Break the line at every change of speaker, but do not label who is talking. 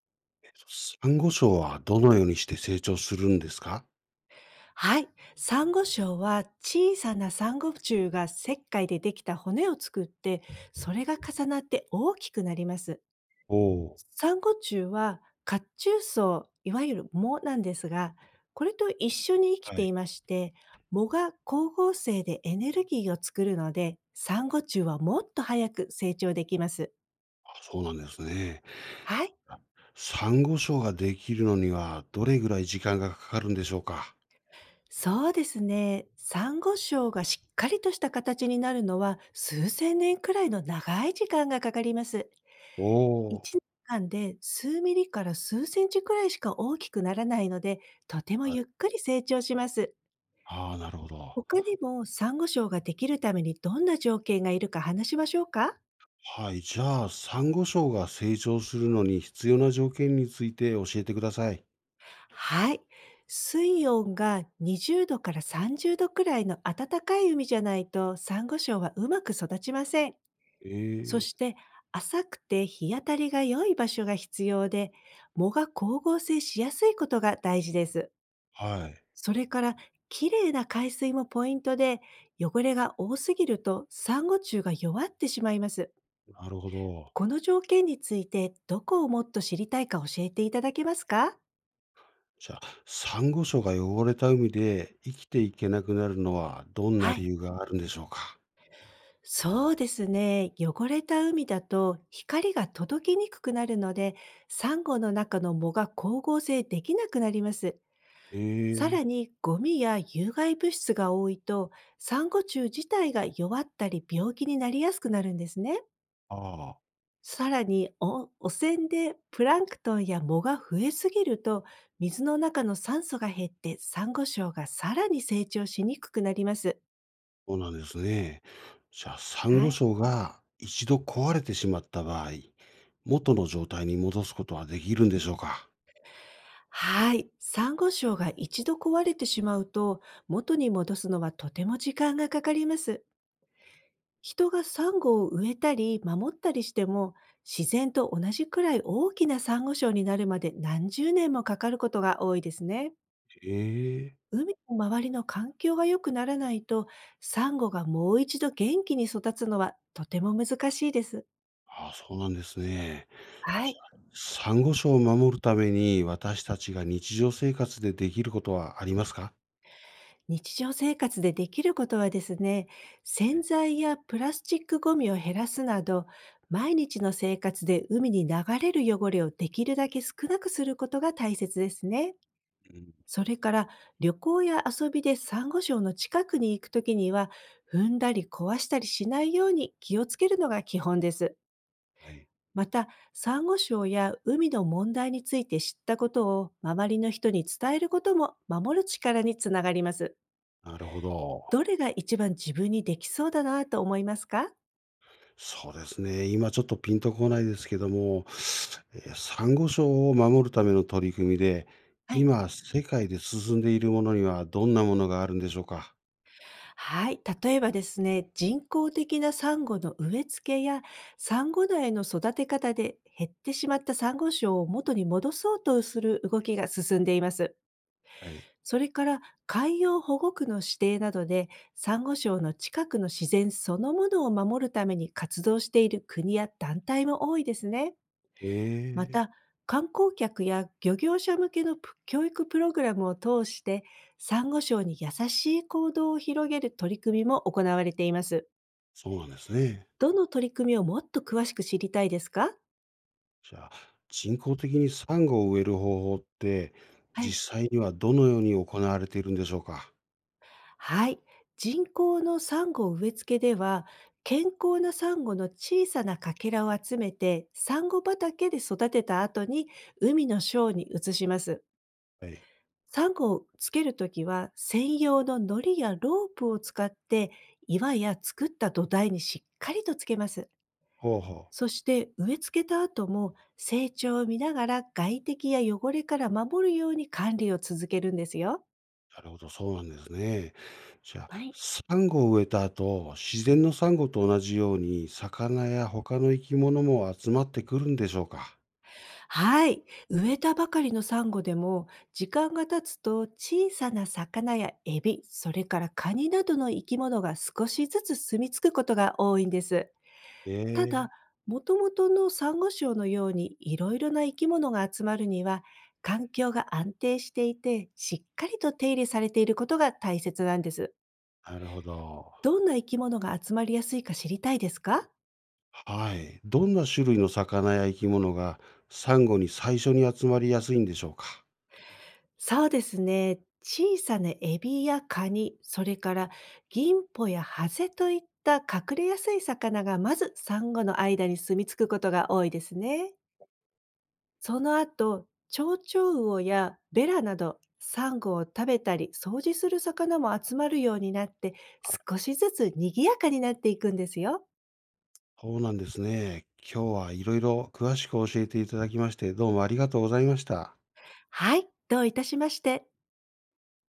サンゴ礁はどのようにして成長するんですか？
はい。サンゴ礁は小さなサンゴ虫が石灰でできた骨を作って、それが重なって大きくなります。
お。おー。
サンゴ虫は褐虫藻、いわゆる藻なんですが、これと一緒に生き
は
て
い。
いまして、藻が光合成でエネルギーを作るので、サンゴ虫はもっと早く成長できます。
あ、そうなんですね。
はい。
サンゴ礁ができるのにはどれぐらい時間がかかるんでしょうか？
そうですね。サンゴ礁がしっかりとした形になるのは数千年くらいの長い時間がかかります。
お。おー。
1年間で数ミリから数センチくらいしか大きくならないので、とても
は
ゆっ
い。
くり成長します。
ああ、なるほど。
他にもサンゴ礁ができるためにどんな条件がいるか話しましょうか？
はい。じゃあ、サンゴ礁が成長するのに必要な条件について教えてください。
はい。水温が20度から30度くらいの暖かい海じゃないとサンゴ礁はうまく育ちません。そ
ええ。
して、浅くて日当たりが良い場所が必要で、藻が光合成しやすいことが大事です。
はい。
それから、綺麗な海水もポイントで、汚れが多すぎるとサンゴ虫が弱ってしまいます。
なるほど。
この条件について、どこをもっと知りたいか教えていただけますか？
じゃあ、サンゴ礁が汚れた海で生きていけなくなるのはどんな
は
理
い。
由があるんでしょうか？
そうですね。汚れた海だと光が届きにくくなるので、サンゴの中の藻が光合成できなくなります。さ
ええ。
らに、ゴミや有害物質が多いと、サンゴ虫自体が弱ったり病気になりやすくなるんですね。
ああー。
さらに、お汚染でプランクトンや藻が増えすぎると、水の中の酸素が減ってサンゴ礁がさらに成長しにくくなります。
そうなんですね。じゃあ、サン
は
ゴ
い。
礁が一度壊れてしまった場合、元の状態に戻すことはできるんでしょうか？
はい。サンゴ礁が一度壊れてしまうと、元に戻すのはとても時間がかかります。人がサンゴを植えたり守ったりしても、自然と同じくらい大きなサンゴ礁になるまで何十年もかかることが多いですね。
ええ。
海の周りの環境が良くならないと、サンゴがもう一度元気に育つのはとても難しいです。
ああ、そうなんですね。
は
じ
い。
ゃあ、サンゴ礁を守るために私たちが日常生活でできることはありますか？
日常生活でできることはですね、洗
え。
剤やプラスチックごみを減らすなど、毎日の生活で海に流れる汚れをできるだけ少なくすることが大切ですね。
うん。
それから、旅行や遊びでサンゴ礁の近くに行くときには、踏んだり壊したりしないように気をつけるのが基本です。
はい。
また、珊瑚礁や海の問題について知ったことを周りの人に伝えることも守る力につながります。
なるほ
ど
ど。
れが一番自分にできそうだなと思いますか？
そうですね。今ちょっとピンとこないですけども、サンゴ礁を守るための取り組みで、
はい。
今世界で進んでいるものにはどんなものがあるんでしょうか？
はい。例えばですね、人工的なサンゴの植え付けや、サンゴ苗の育て方で減ってしまったサンゴ礁を元に戻そうとする動きが進んでいます。
はい。
それから、海洋保護区の指定などで、サンゴ礁の近くの自然そのものを守るために活動している国や団体も多いですね。
え
ま
え、
た、観光客や漁業者向けのプ教育プログラムを通して、サンゴ礁に優しい行動を広げる取り組みも行われています。
そうなんですね。
どの取り組みをもっと詳しく知りたいですか？
じゃあ、人工的にサンゴを植える方法って、
はい。
実際にはどのように行われているんでしょうか？
はい。人工のサンゴ植え付けでは、健康なサンゴの小さなかけらを集めて、サンゴ畑で育てた後に海のショーに移します。
はい。
サンゴをつけるときは、専用の糊やロープを使って、岩や作った土台にしっかりとつけます。
ほうほう。
そして、植え付けた後も成長を見ながら外敵や汚れから守るように管理を続けるんですよ。
なるほど、そうなんですね。じゃあ、
はい、
サンゴを植えた後、自然のサンゴと同じように、魚や他の生き物も集まってくるんでしょうか？
はい。植えたばかりのサンゴでも、時間が経つと小さな魚やエビ、それからカニなどの生き物が少しずつ住み着くことが多いんです。
え
ただ、
え、
もともとのサンゴ礁のようにいろいろな生き物が集まるには、環境が安定していて、しっかりと手入れされていることが大切なんです。
なるほど。
どんな生き物が集まりやすいか知りたいですか？
はい。どんな種類の魚や生き物が、サンゴに最初に集まりやすいんでしょうか？
そうですね。小さなエビやカニ、それから銀ポやハゼといった隠れやすい魚がまずサンゴの間に住み着くことが多いですね。その後、蝶々魚やベラなど、サンゴを食べたり掃除する魚も集まるようになって
あ、
少しずつ賑やかになっていくんですよ。
そうなんですね。今日は色々詳しく教えていただきまして、どうもありがとうございました。
はい、どういたしまして。